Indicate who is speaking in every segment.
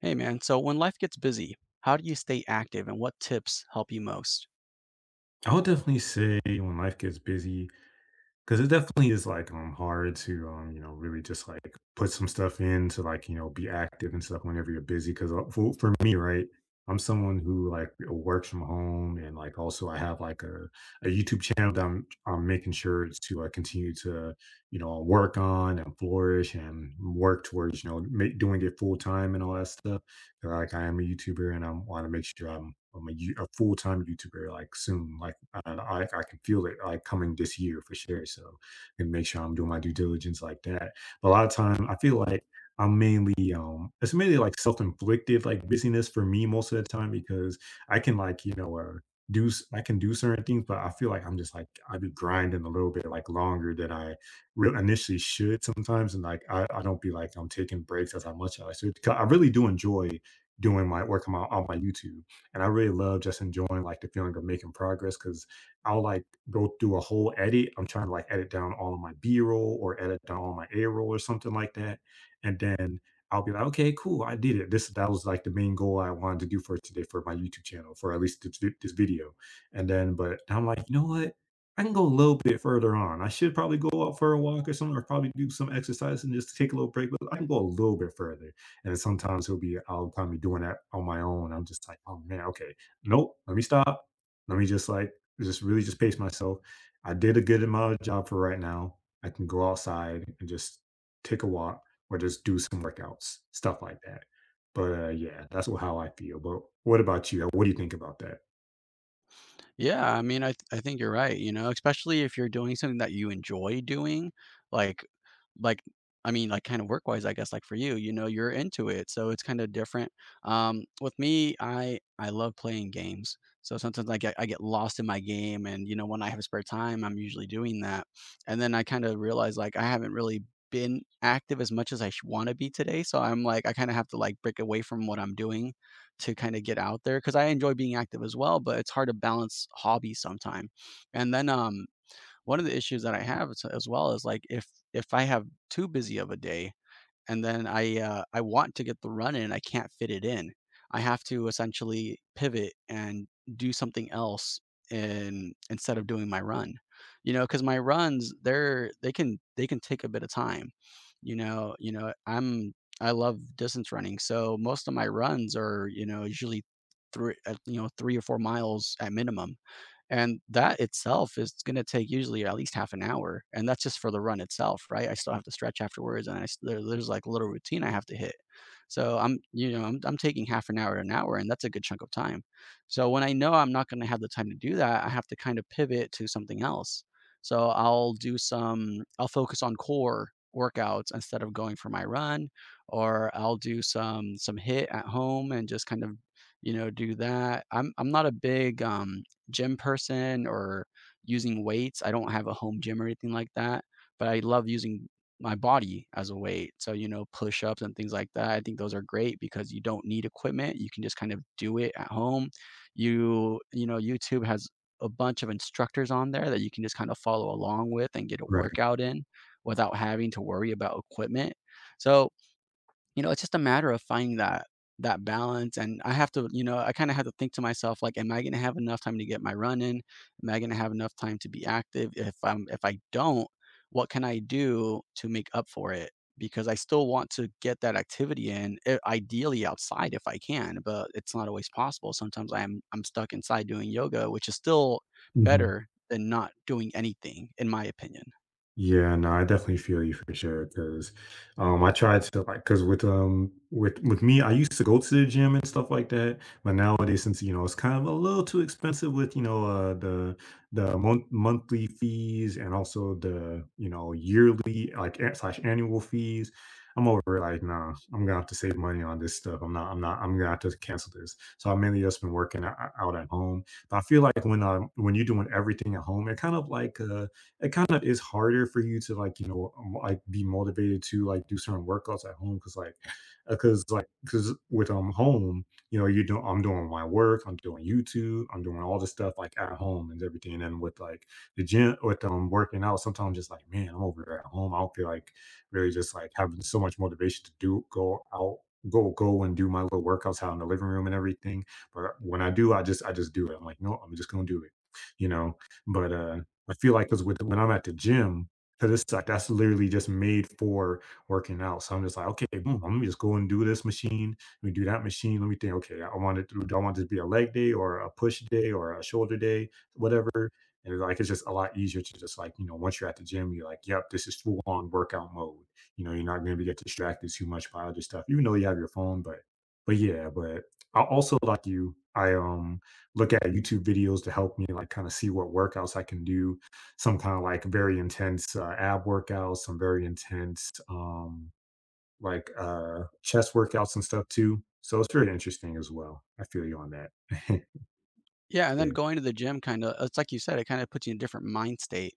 Speaker 1: Hey man, so when life gets busy, how do you stay active and what tips help you most?
Speaker 2: I would definitely say when life gets busy, because it definitely is like hard to really just like put some stuff in to be active and stuff whenever you're busy. Because for me, right, I'm someone who like works from home and like also I have like a YouTube channel that I'm making sure to continue to you know work on and flourish and work towards you know make, doing it full time and all that stuff they like, I am a YouTuber and I want to make sure I'm a, you- a full time YouTuber like soon. Like I can feel it like coming this year for sure. So and make sure I'm doing my due diligence like that. But a lot of time I feel like I'm mainly it's mainly like self inflicted like busyness for me most of the time because I can like you know do s- I can do certain things, but I feel like I'm just like I be grinding a little bit like longer than I re- initially should sometimes, and like I don't be like I'm taking breaks as I much as I should. 'Cause I really do enjoy doing my work on my YouTube. And I really love just enjoying like the feeling of making progress because I'll like go through a whole edit. I'm trying to like edit down all of my B roll or edit down all my A roll or something like that. And then I'll be like, okay, cool, I did it. This that was like the main goal I wanted to do for today for my YouTube channel, for at least this, vi- this video. And then, but I'm like, you know what? I can go a little bit further on. I should probably go out for a walk or something, or probably do some exercise and just take a little break. But I can go a little bit further. And then sometimes he'll be I'll probably be doing that on my own. I'm just like, "Oh, man, okay. Nope, let me stop. Let me just, like, just really just pace myself. I did a good amount of job for right now. I can go outside and just take a walk or just do some workouts," stuff like that. But, yeah, that's wh how I feel. But what about you? What do you think about that?
Speaker 1: Yeah, I mean, I think you're right, you know, especially if you're doing something that you enjoy doing, like like, I mean, like, kinda work-wise, I guess, like, for you, you know, you're into it, so it's kinda different. With me, I love playing games, so sometimes I get lost in my game, and, you know, when I have spare time, I'm usually doing that, and then I kinda realize, like, I haven't really been active as much as I wanna be today, so I kinda have to, like, break away from what I'm doing to kinda get out there, because I enjoy being active as well, but it's hard to balance hobbies sometime. And then, one of the issues that I have as well is, like, if I have too busy of a day, and then I want to get the run in, I can't fit it in. I have to essentially pivot and do something else in instead of doing my run. You know, because my runs, they're they can take a bit of time. I'm I love distance running, so most of my runs are, you know, usually 3 or 4 miles at minimum. And that itself is gonna take usually at least half an hour, and that's just for the run itself, right? I still have to stretch afterwards, and I s there there's, like, a little routine I have to hit. So I'm taking half an hour, and that's a good chunk of time. So when I know I'm not gonna have the time to do that, I have to kind of pivot to something else. So I'll do some I'll focus on core workouts instead of going for my run, or I'll do some hit at home and just kind of, you know, do that. I'm not a big, gym person or using weights. I don't have a home gym or anything like that, but I love using my body as a weight. So, you know, push ups and things like that. I think those are great because you don't need equipment. You can just kind of do it at home. You know, YouTube has a bunch of instructors on there that you can just kind of follow along with and get a
Speaker 2: Right.
Speaker 1: workout in without having to worry about equipment. So, you know, it's just a matter of finding that balance, and I have to, you know, I kinda have to think to myself, like, "Am I gonna have enough time to get my run in? Am I gonna have enough time to be active? If I don't, what can I do to make up for it?" Because I still want to get that activity in, I ideally outside if I can, but it's not always possible. Sometimes I'm stuck inside doing yoga, which is still
Speaker 2: Mhm.
Speaker 1: better than not doing anything, in my opinion.
Speaker 2: Yeah, no, I definitely feel you for sure. Cause I tried to like cause with with me, I used to go to the gym and stuff like that. But nowadays, since you know it's kind of a little too expensive with, you know, the monthly fees and also the, you know, yearly like an- slash annual fees. I'm over it, like, nah, I'm gonna have to save money on this stuff. I'm not, I'm not, I'm gonna have to cancel this. So I've mainly just been working o- out at home. But I feel like when you're doing everything at home, it kind of like it kind of is harder for you to like you know like be motivated to like do certain workouts at home because with home you know you do I'm doing my work I'm doing YouTube I'm doing all this stuff like at home and everything and then with like the gym with working out sometimes I'm just like man I'm over here at home I don't feel like really just like having so much motivation to do go out go and do my little workouts out in the living room and everything but when I do I just do it I'm like no I'm just gonna do it you know but I feel like because with when I'm at the gym, because it's like that's literally just made for working out. So I'm just like, okay, boom, I'm gonna just go and do this machine. Let me do that machine. Let me think, okay, I want this to be a leg day or a push day or a shoulder day, whatever. And it's like it's just a lot easier to just like, you know, once you're at the gym, you're like, yep, this is full on workout mode. You know, you're not gonna be get distracted too much by other stuff, even though you have your phone, but yeah, but I also like you, I look at YouTube videos to help me like kind of see what workouts I can do some kind of like very intense ab workouts, some very intense like chest workouts and stuff too. So it's very interesting as well. I feel you on that.
Speaker 1: Yeah,
Speaker 2: It's
Speaker 1: and then
Speaker 2: very-
Speaker 1: going to the gym kinda it's like you said, it kinda puts you in a different mind state,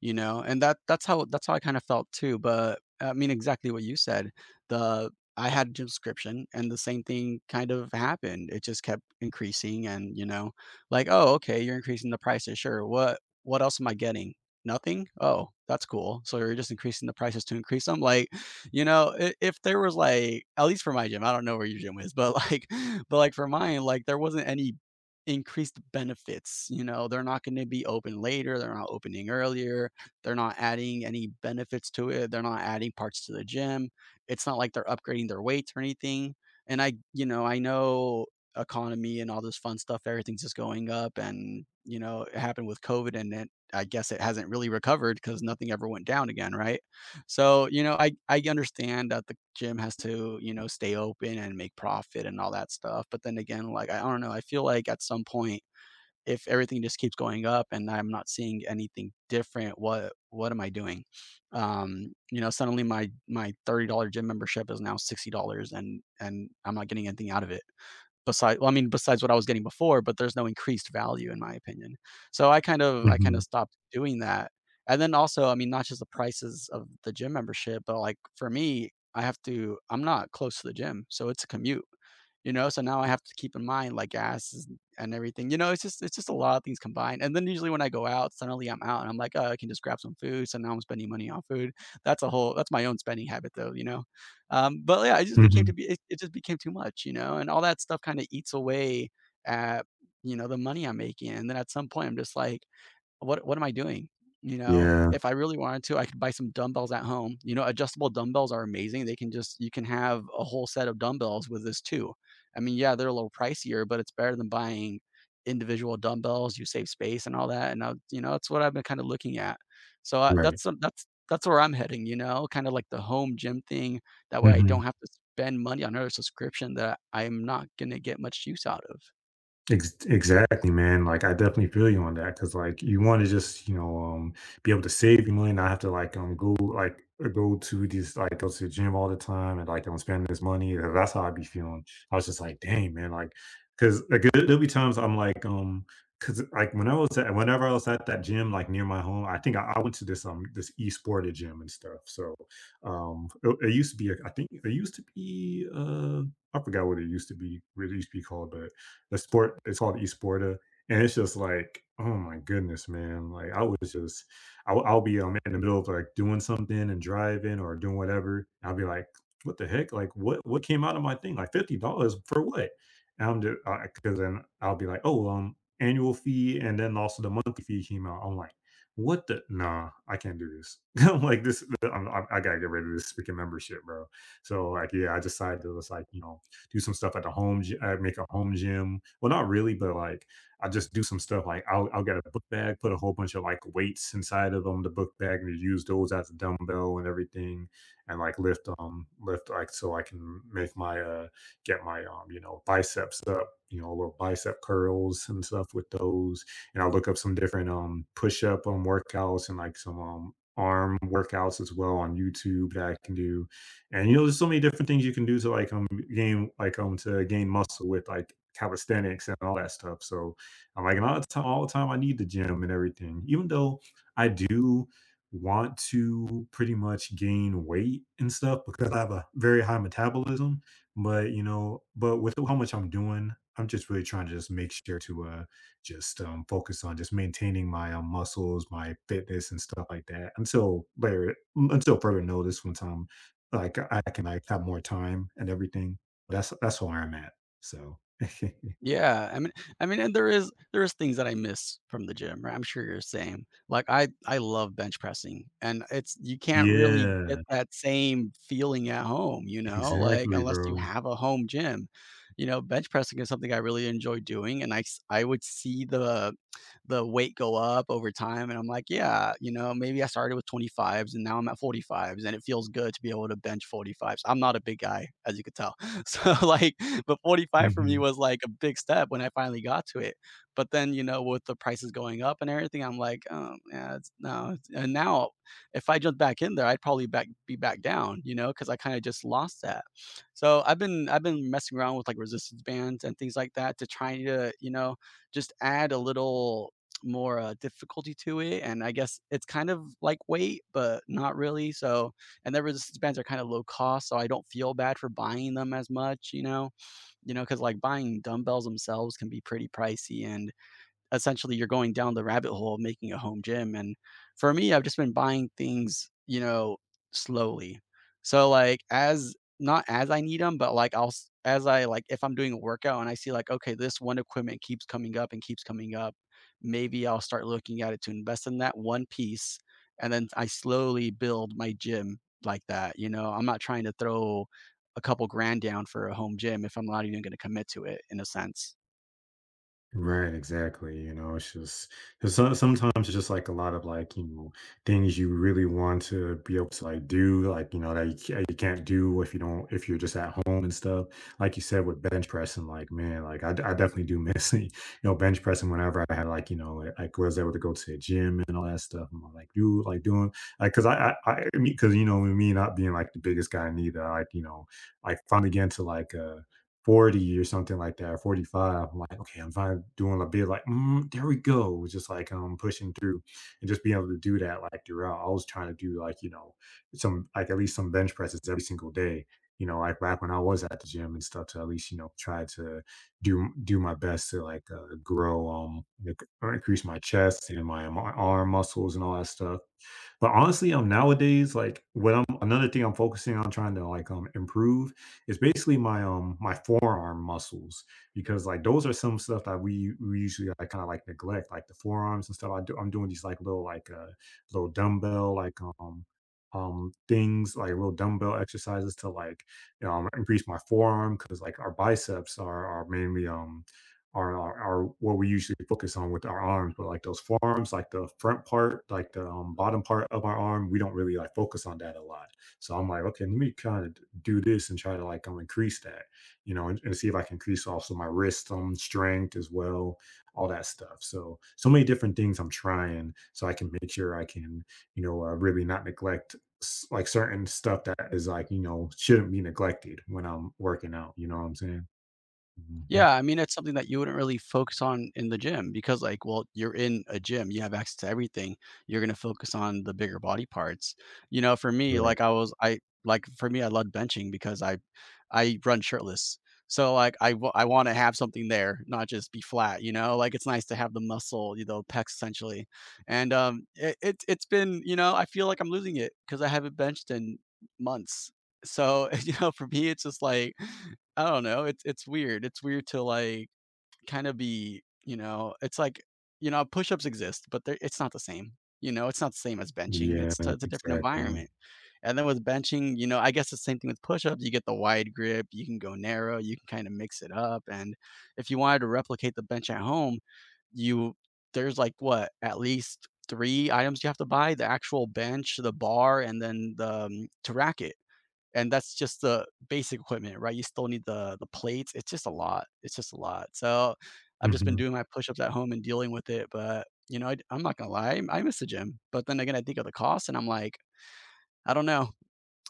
Speaker 1: you know, and that's how I kinda felt too, but, I mean, exactly what you said. The I had a gym subscription and the same thing kind of happened. It just kept increasing and, you know, like, "Oh, okay, you're increasing the prices, sure. What else am I getting? Nothing? Oh, that's cool. So you're just increasing the prices to increase them?" Like, you know, I if there was, like at least for my gym, I don't know where your gym is, but, like but, like, for mine, like, there wasn't any increased benefits. You know, they're not going to be open later. They're not opening earlier. They're not adding any benefits to it. They're not adding parts to the gym. It's not like they're upgrading their weights or anything. And I, you know, I know economy and all this fun stuff, everything's just going up. And, you know, it happened with COVID and it, I guess it hasn't really recovered because nothing ever went down again, right? So, you know, I understand that the gym has to, you know, stay open and make profit and all that stuff, but then again, like, I don't know, I feel like at some point, if everything just keeps going up and I'm not seeing anything different, what am I doing? You know, suddenly my $30 gym membership is now $60 and I'm not getting anything out of it besides well, I mean besides what I was getting before, but there's no increased value in my opinion. So I kind of
Speaker 2: Mhm.
Speaker 1: stopped doing that. And then also, I mean, not just the prices of the gym membership, but like for me, I'm not close to the gym, so it's a commute. You know, so now I have to keep in mind, like, gases and everything, you know, it's just a lot of things combined, and then usually when I go out, suddenly I'm out and I'm like, "Oh, I can just grab some food," so now I'm spending money on food. That's a whole That's my own spending habit though, you know? But yeah, it just became to
Speaker 2: Mhm.
Speaker 1: be it just became too much, you know, and all that stuff kinda eats away at, you know, the money I'm making, and then at some point, I'm just like what am I doing? You know,
Speaker 2: Yeah.
Speaker 1: if I really wanted to, I could buy some dumbbells at home. You know, adjustable dumbbells are amazing. They can just You can have a whole set of dumbbells with this too. I mean, yeah, they're a little pricier, but it's better than buying individual dumbbells. You save space and all that. And I, you know, that's what I've been kind of looking at. So
Speaker 2: Right.
Speaker 1: that's where I'm heading. You know, kind of like the home gym thing. That way, I don't
Speaker 2: Mhm.
Speaker 1: have to spend money on another subscription that I'm not gonna get much use out of.
Speaker 2: Ex exactly, man, like, I definitely feel you on that, cause like, you wanna just, you know, be able to save your money, not have to, like, go, like, go to go to the gym all the time and, like, don't spend this money, that's how I be feeling. I was just like, "Dang, man," Like, cause like, there there'll be times I'm like, cause like, when I was at whenever I was at that gym, like, near my home, I think I went to this, this e sported gym and stuff, so, it it used to be, like, I think it used to be, I forgot what it used to be called, but the sport it's called eSporta, and it's just like, oh my goodness, man. Like I was just I'll be, in the middle of, like, doing something and driving or doing whatever, I'll be like, "What the heck? Like, what came out of my thing? Like, $50 for what?" And I'm ju I 'cause then I'll be like, "Oh, annual fee and then also the monthly fee came out." I'm like, "What the nah, I can't do this." I'm like, "This I'm I gotta get rid of this freaking membership, bro." So, like, yeah, I decided to just, like, you know, do some stuff at the home. Gy- I make a home gym. Well, not really, but like I just do some stuff. Like I'll get a book bag, put a whole bunch of like weights inside of them, the book bag, and use those as a dumbbell and everything, and like lift so I can make my get my you know biceps up, you know little bicep curls and stuff with those, and I look up some different push up workouts and like some arm workouts as well on YouTube that I can do and you know, there's so many different things you can do to like gain muscle with like calisthenics and all that stuff. So I'm like, and all the time, I need the gym and everything. Even though I do want to pretty much gain weight and stuff because I have a very high metabolism, but with how much I'm doing, I'm just really trying to just make sure to just focus on just maintaining my muscles, my fitness, and stuff like that until later, until further notice. One time like, I can, like, have more time and everything. That's where I'm at, so
Speaker 1: Yeah, I mean, and there is things that I miss from the gym, right? I'm sure you're the same. Like, I love bench pressing, and it's you can't really get
Speaker 2: Yeah.
Speaker 1: that same feeling at home, you know, like,
Speaker 2: Exactly,
Speaker 1: unless you
Speaker 2: bro.
Speaker 1: have a home gym. You know, bench pressing is something I really enjoy doing, and I would see the weight go up over time. And I'm like, yeah, you know, maybe I started with 25s and now I'm at 45s and it feels good to be able to bench 45s. I'm not a big guy, as you could tell. So like, but 45 for me
Speaker 2: Mhm.
Speaker 1: was like a big step when I finally got to it. But then, you know, with the prices going up and everything, I'm like, oh, yeah, it's no. it's- And now if I jumped back in there, I'd probably back be back down, you know, because I kind of just lost that. So I've been messing around with like resistance bands and things like that to try to, you know, just add a little more, difficulty to it, and I guess it's kind of like weight, but not really, so and the resistance bands are kinda low cost, so I don't feel bad for buying them as much, you know? You know, because like, buying dumbbells themselves can be pretty pricey, and essentially you're going down the rabbit hole of making a home gym. And for me, I've just been buying things, you know, slowly. So like as not as I need them, but like as I like if I'm doing a workout and I see like okay, this one equipment keeps coming up and keeps coming up, maybe I'll start looking at it to invest in that one piece, and then I slowly build my gym like that. You know, I'm not trying to throw a couple grand down for a home gym if I'm not even going to commit to it in a sense.
Speaker 2: Right, exactly. You know, it's just 'cause so- sometimes it's just like a lot of like, you know, things you really want to be able to like do, like, you know, that you, ca- you can't do if you don't, if you're just at home and stuff. Like you said with bench pressing, like, man, like I definitely do miss, you know, bench pressing whenever I had like, you know, was able to go to the gym and all that stuff. I'm like, you like doing, like, cause I because, you know, with me not being like the biggest guy neither, like, you know, I finally get into like, 40 or something like that, or 45. I'm like, "Okay, I'm finally doing a bit like, mm, there we go." It was just like, pushing through and just being able to do that, like, throughout. I was trying to do, like, you know, some like, at least some bench presses every single day, you know, like, back when I was at the gym and stuff to at least, you know, try to do my best to, like, grow, like, or increase my chest and my arm muscles and all that stuff. But honestly, nowadays, like, what I'm another thing I'm focusing on trying to, like, improve it's basically my my forearm muscles because like those are some stuff that we usually like kind of like neglect like the forearms and stuff. I do, I'm doing these like little dumbbell like things like little dumbbell exercises to like increase my forearm because like our biceps are mainly are what we usually focus on with our arms, but like those forearms, like the front part, like the bottom part of our arm, we don't really like focus on that a lot. So I'm like, okay, let me kind of do this and try to like increase that, you know, and see if I can increase also my wrist strength as well, all that stuff. So so many different things I'm trying so I can make sure I can, you know, really not neglect s- like certain stuff that is like you know shouldn't be neglected when I'm working out. You know what I'm saying? Mhm.
Speaker 1: Yeah, I mean, it's something that you wouldn't really focus on in the gym because, like, well, you're in a gym, you have access to everything. You're gonna focus on the bigger body parts. You know, for me,
Speaker 2: Right.
Speaker 1: like, I was, I like for me, I love benching because I run shirtless. So like, I want to have something there, not just be flat. You know, like it's nice to have the muscle, you know, pecs essentially. And it's been, you know, I feel like I'm losing it because I haven't benched in months. So you know, for me, it's just like. I don't know, it's weird. It's weird to, like, kinda be you know, it's like push-ups exist, but they're it's not the same, you know, it's not the same as benching,
Speaker 2: Yeah.
Speaker 1: it's a different
Speaker 2: Exactly.
Speaker 1: environment, and then with benching, you know, I guess the same thing with push-ups, you get the wide grip, you can go narrow, you can kinda mix it up, and if you wanted to replicate the bench at home, you there's, like, what, at least 3 items you have to buy, the actual bench, the bar, and then to rack it and that's just the basic equipment, right? You still need the plates. It's just a lot. It's just a lot. So I've just been
Speaker 2: Mm-hmm.
Speaker 1: doing my push-ups at home and dealing with it. But you know, am not gonna lie, I miss the gym. But then again, I think of the cost, and I'm like, I don't know,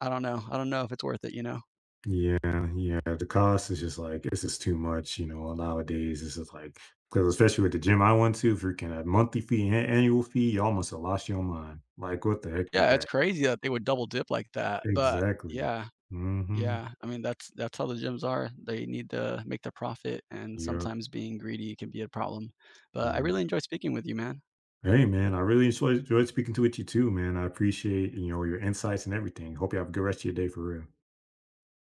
Speaker 1: I don't know if it's worth it. You know?
Speaker 2: Yeah, yeah. The cost is just like it's just too much, you know. Nowadays, it's just like because especially with the gym I went to, freaking a monthly fee, an annual fee, you almost have lost your mind. Like, what the heck is
Speaker 1: Yeah, it's
Speaker 2: that?
Speaker 1: crazy that they would double dip like that. But
Speaker 2: Exactly.
Speaker 1: yeah,
Speaker 2: Mm-hmm.
Speaker 1: yeah. I mean, that's how the gyms are. They need to make their profit, and
Speaker 2: Yep.
Speaker 1: sometimes being greedy can be a problem. But I
Speaker 2: Yeah.
Speaker 1: really enjoy speaking with you, man.
Speaker 2: Hey, man, I really enjoyed speaking to with you too, man. I appreciate you know your insights and everything. Hope you have a good rest of your day for real.